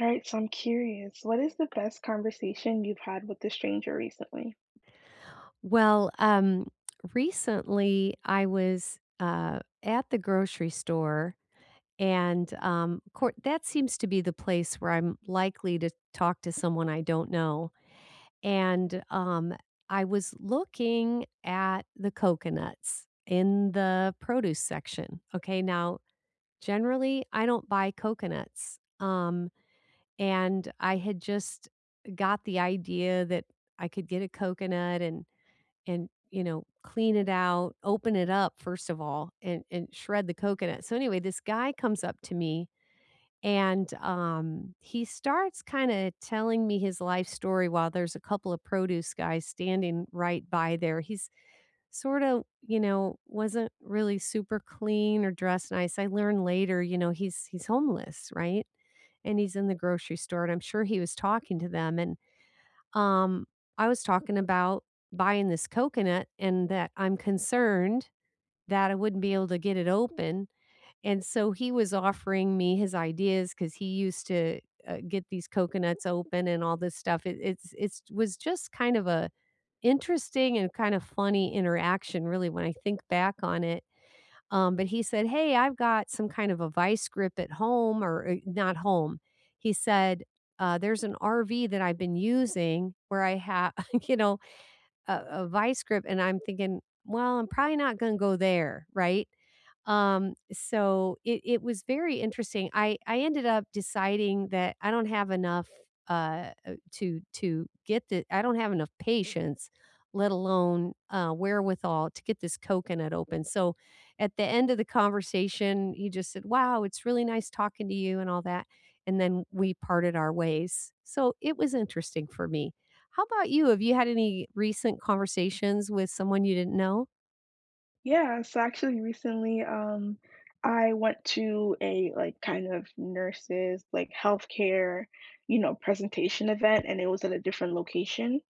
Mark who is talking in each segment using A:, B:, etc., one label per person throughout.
A: All right, so I'm curious, what is the best conversation you've had with a stranger recently?
B: Well, um, recently I was at the grocery store, and that seems to be the place where I'm likely to talk to someone I don't know. And I was looking at the coconuts in the produce section. Okay, now generally I don't buy coconuts, and I had just got the idea that I could get a coconut and, you know, clean it out, open it up first of all, and shred the coconut. So anyway, this guy comes up to me and he starts kind of telling me his life story while there's a couple of produce guys standing right by there. He's sort of, you know, wasn't really super clean or dressed nice. I learned later, you know, he's homeless, right? And he's in the grocery store and I'm sure he was talking to them and um, I was talking about buying this coconut and that I'm concerned that I wouldn't be able to get it open. And so he was offering me his ideas because he used to get these coconuts open and all this stuff. It, it's was just kind of a interesting and kind of funny interaction, really, when I think back on it, but he said, "Hey, I've got some kind of a vice grip at home or not home." He said, "There's an RV that I've been using where I have, you know, a vice grip," and I'm thinking, "Well, I'm probably not going to go there, right?" So it was very interesting. I ended up deciding that I don't have enough to get the I don't have enough patience, let alone wherewithal to get this coconut open. So at the end of the conversation, he just said, "Wow, it's really nice talking to you and all that." And then we parted our ways. So it was interesting for me. How about you? Have you had any recent conversations with someone you didn't know?
A: Yeah, so actually recently, I went to a like kind of nurses, like healthcare, you know, presentation event, and it was at a different location.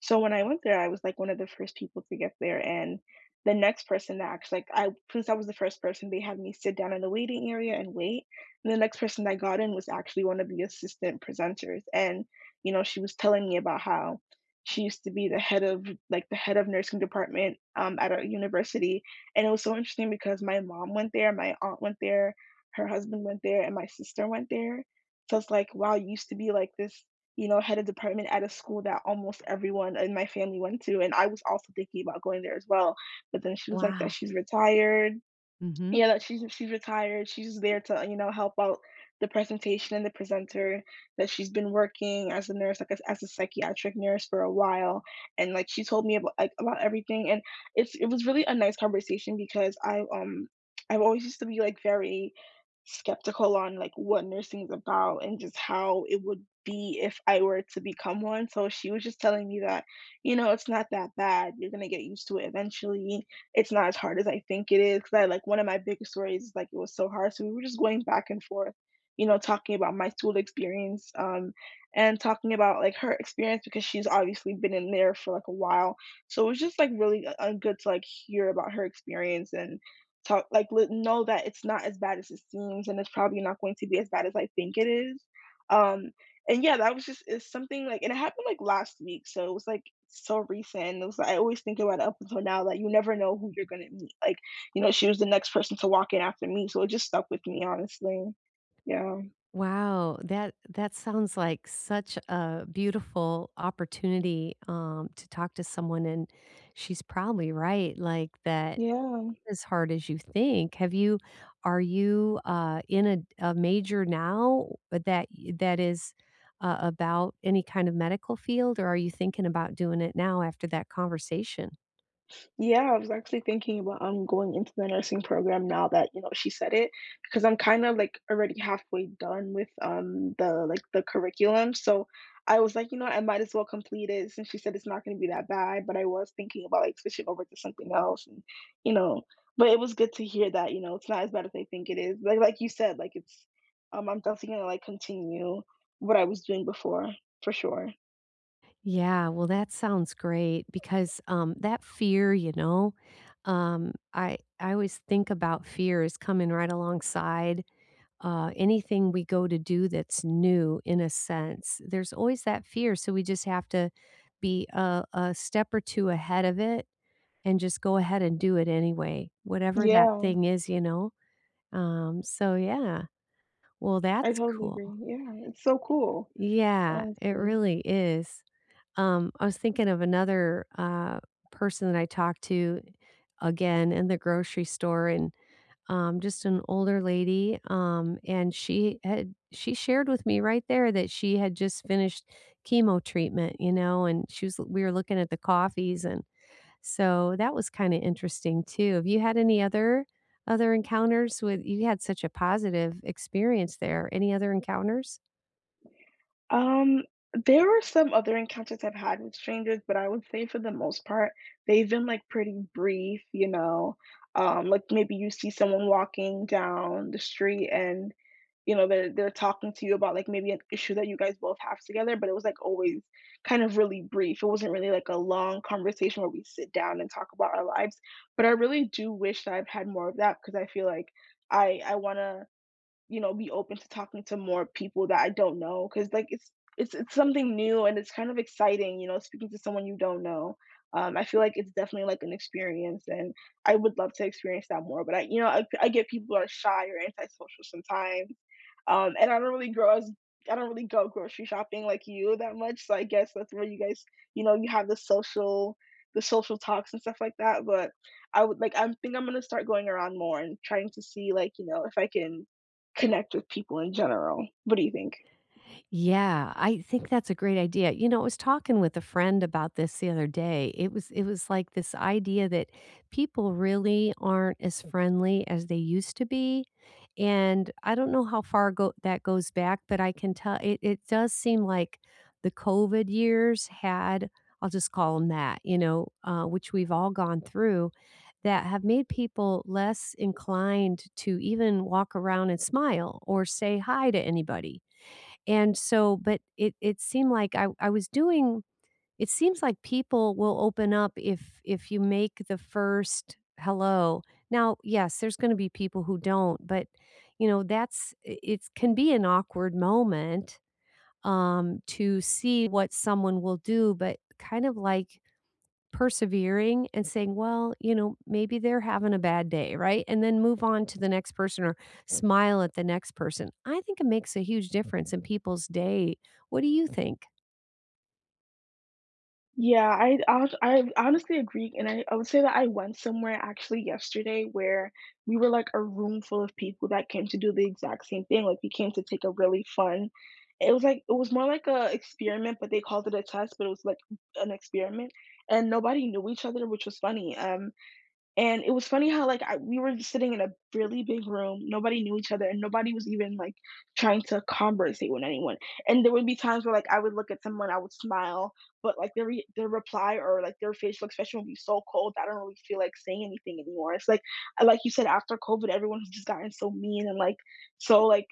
A: So when I went there, I was like one of the first people to get there, and the next person that actually like I since I was the first person, they had me sit down in the waiting area and wait. And the next person that got in was actually one of the assistant presenters, and you know, she was telling me about how she used to be the head of the head of nursing department at a university, and it was so interesting because my mom went there, my aunt went there, her husband went there, and my sister went there. So it's like, wow, you used to be like this, you know, head of department at a school that almost everyone in my family went to. And I was also thinking about going there as well. But then she was like that
B: Wow.
A: she's retired,
B: Hmm.
A: yeah, that she's retired, she's there to, you know, help out the presentation and the presenter, that she's been working as a nurse, like, as a psychiatric nurse for a while, and, like, she told me about, like, about everything, and it was really a nice conversation because I I've always used to be, like, very skeptical on, like, what nursing is about and just how it would be if I were to become one, so she was just telling me that, you know, "It's not that bad, you're gonna get used to it eventually." It's not as hard as I think it is, 'cause I like one of my biggest stories is, like, it was so hard, so we were just going back and forth, you know, talking about my school experience, and talking about, like, her experience because she's obviously been in there for, like, a while, so it was just, like, really, good to, like, hear about her experience and talk like, let know that it's not as bad as it seems, and it's probably not going to be as bad as I think it is, um, and yeah, that was just it's something like and it happened, like, last week, so it was, like, so recent, and it was I always think about it up until now, like, you never know who you're gonna meet, like, you know, she was the next person to walk in after me, so it just stuck with me, honestly. Yeah.
B: Wow, that that sounds like such a beautiful opportunity to talk to someone, and she's probably right. Like that,
A: Yeah.
B: as hard as you think. Have you are you, in a major now that y that is, about any kind of medical field, or are you thinking about doing it now after that conversation?
A: Yeah, I was actually thinking about going into the nursing program now that, you know, she said it, because I'm kind of like already halfway done with the like the curriculum. So I was like, you know, I might as well complete it since she said it's not going to be that bad, but I was thinking about like switching over to something else and you know, but it was good to hear that, you know, it's not as bad as I think it is. Like you said, like it's I'm definitely gonna like continue what I was doing before, for sure.
B: Yeah, well, that sounds great because that fear, you know, I always think about fear is coming right alongside anything we go to do that's new. In a sense, there's always that fear, so we just have to be a step or two ahead of it and just go ahead and do it anyway, whatever that
A: Yeah,
B: thing is, you know. So yeah, well,
A: I
B: that's
A: totally
B: cool.
A: agree. Yeah, it's so cool,
B: Yeah, it
A: honestly.
B: really is. I was thinking of another, person that I talked to again in the grocery store and, just an older lady, and she had she shared with me right there that she had just finished chemo treatment, you know, and she was we were looking at the coffees and so that was kinda interesting too. Have you had any other other encounters with you had such a positive experience there. Any other encounters?
A: Um, there were some other encounters I've had with strangers, but I would say for the most part, they've been like pretty brief, you know. Like maybe you see someone walking down the street and you know they're talking to you about like maybe an issue that you guys both have together, but it was like always kind of really brief. It wasn't really like a long conversation where we sit down and talk about our lives. But I really do wish that I've had more of that because I feel like I wanna you know, be open to talking to more people that I don't know because, like, it's it's something new and it's kind of exciting, you know, speaking to someone you don't know. I feel like it's definitely, like, an experience, and I would love to experience that more, but I you know, I get people are shy or antisocial sometimes, and I don't really grow as I don't really go grocery shopping like you that much, so I guess that's where you guys, you know, you have the social talks and stuff like that, but I would like, I think I'm gonna start going around more and trying to see, like, you know, if I can connect with people in general. What do you think?
B: Yeah, I think that's a great idea. You know, I was talking with a friend about this the other day. It was like this idea that people really aren't as friendly as they used to be. And I don't know how far go that goes back, but I can tell it does seem like the COVID years had, I'll just call them that, you know, which we've all gone through, that have made people less inclined to even walk around and smile or say hi to anybody and so but it seemed like I was doing it seems like people will open up if you make the first hello. Now, yes, there's gonna be people who don't, but, you know, that's I it's can be an awkward moment, to see what someone will do, but kind of like persevering and saying, "Well, you know, maybe they're having a bad day," right? And then move on to the next person or smile at the next person. I think it makes a huge difference in people's day. What do you think?
A: Yeah, I honestly agree, and I would say that I went somewhere actually yesterday where we were like a room full of people that came to do the exact same thing. Like we came to take a really fun. It was like it was more like a experiment, but they called it a test, but it was like an experiment, and nobody knew each other, which was funny. And it was funny how, like, I we were sitting in a really big room, nobody knew each other, and nobody was even, like, trying to conversate with anyone, and there would be times where, like, I would look at someone, I would smile, but, like, their reply or, like, their facial expression would be so cold, that I don't really feel like saying anything anymore, it's like you said, after COVID, everyone's just gotten so mean and, like, so, like,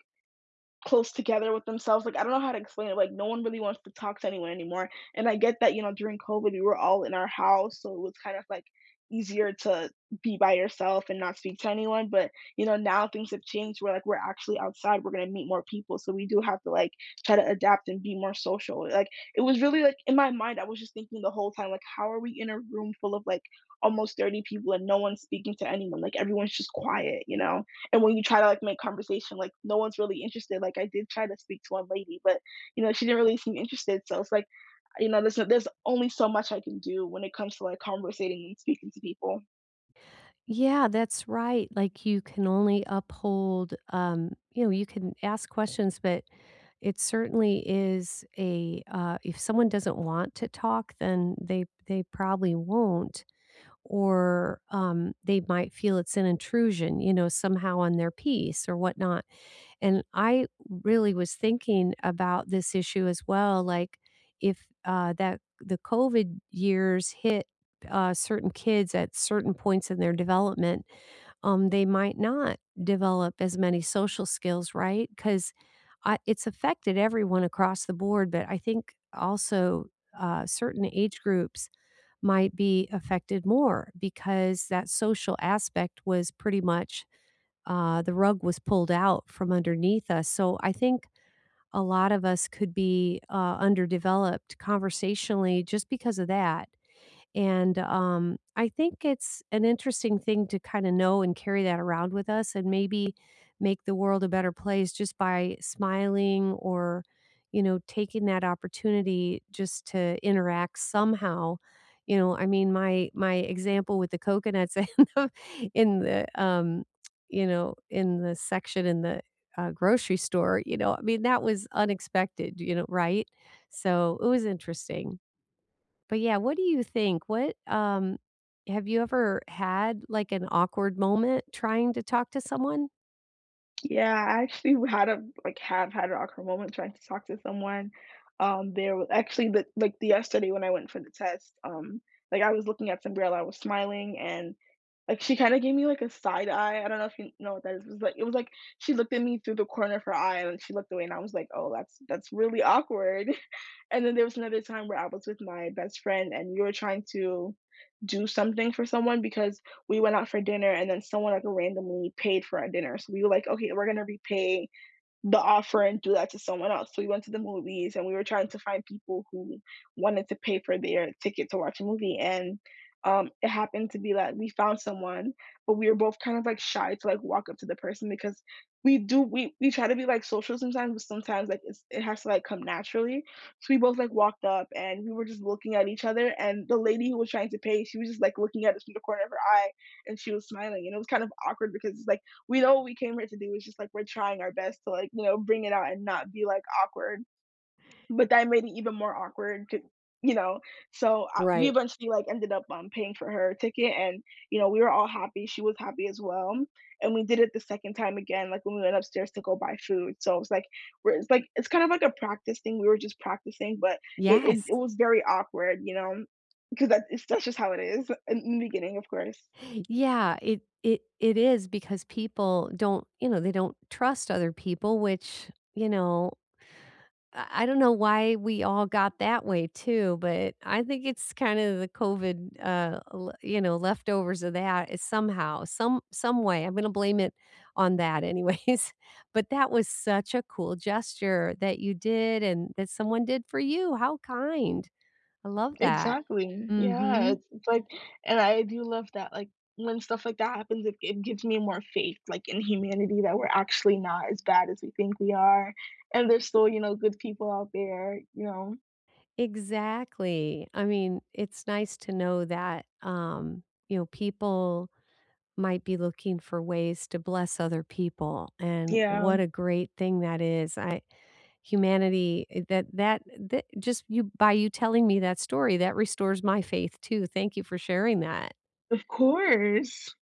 A: close together with themselves, like, I don't know how to explain it, like, no one really wants to talk to anyone anymore, and I get that, you know, during COVID, we were all in our house, so it was kind of, like, easier to be by yourself and not speak to anyone, but, you know, now things have changed. We're like, we're actually outside, we're gonna meet more people, so we do have to, like, try to adapt and be more social, like, it was really, like in my mind, I was just thinking the whole time, like, how are we in a room full of, like, almost 30 people and no one's speaking to anyone, like, everyone's just quiet, you know? And when you try to like make conversation, like no one's really interested. Like I did try to speak to one lady, but you know she didn't really seem interested. So it's like, you know, there's no, there's only so much I can do when it comes to like conversating and speaking to people.
B: Yeah, that's right. Like you can only uphold, you know, you can ask questions, but it certainly is a if someone doesn't want to talk, then they probably won't. Or they might feel it's an intrusion, you know, somehow on their peace or whatnot. And I really was thinking about this issue as well, like if that the COVID years hit certain kids at certain points in their development, they might not develop as many social skills, right? Because it's affected everyone across the board, but I think also certain age groups might be affected more because that social aspect was pretty much the rug was pulled out from underneath us. So I think a lot of us could be underdeveloped conversationally just because of that. And I think it's an interesting thing to kind of know and carry that around with us and maybe make the world a better place just by smiling or, you know, taking that opportunity just to interact somehow. You know, I mean, my example with the coconuts and the, in the you know, in the section in the grocery store, you know, I mean, that was unexpected, you know, right? So it was interesting. But yeah, what do you think? What have you ever had like an awkward moment trying to talk to someone?
A: Yeah, I actually had a like have had an awkward moment trying to talk to someone. There was actually the yesterday when I went for the test. Like I was looking at some girl, I was smiling, and like, she kinda gave me, like, a side eye, I don't know if you know what that is, it was like she looked at me through the corner of her eye, and she looked away, and I was like, "Oh, that's really awkward." And then there was another time where I was with my best friend, and we were trying to do something for someone because we went out for dinner, and then someone, like, randomly paid for our dinner, so we were like, "Okay, we're gonna repay the offer and do that to someone else." So we went to the movies and we were trying to find people who wanted to pay for their ticket to watch a movie. And it happened to be that we found someone, but we were both kind of like shy to like walk up to the person because we do we try to be like social sometimes, but sometimes like it's, it has to like come naturally. So we both like walked up and we were just looking at each other. And the lady who was trying to pay, she was just like looking at us from the corner of her eye, and she was smiling. And it was kind of awkward because it's like we know what we came here to do. It's just like we're trying our best to like, you know, bring it out and not be like awkward. But that made it even more awkward 'cau you know, so, we
B: Right.
A: eventually, like, ended up, paying for her ticket and, you know, we were all happy, she was happy as well, and we did it the second time again, like, when we went upstairs to go buy food, so it's like we're it's like it's kind of like a practice thing, we were just practicing, but it it
B: Yes.
A: it was very awkward, you know, because that it's that's just how it is in the beginning, of course.
B: Yeah, it is because people don't, you know, they don't trust other people, which, you know, I don't know why we all got that way too, but I think it's kind of the COVID, you know, leftovers of that is somehow, some way. I'm going to blame it on that, anyways. But that was such a cool gesture that you did, and that someone did for you. How kind! I love that.
A: Exactly. Yeah,
B: Mm-hmm.
A: it's like and I do love that, like, when stuff like that happens, it gives me more faith, like, in humanity that we're actually not as bad as we think we are, and there's still, you know, good people out there, you know?
B: Exactly. I mean, it's nice to know that you know people might be looking for ways to bless other people, and
A: Yeah.
B: what a great thing that is. I humanity eh, that that just you by you telling me that story, that restores my faith too. Thank you for sharing that.
A: Of course.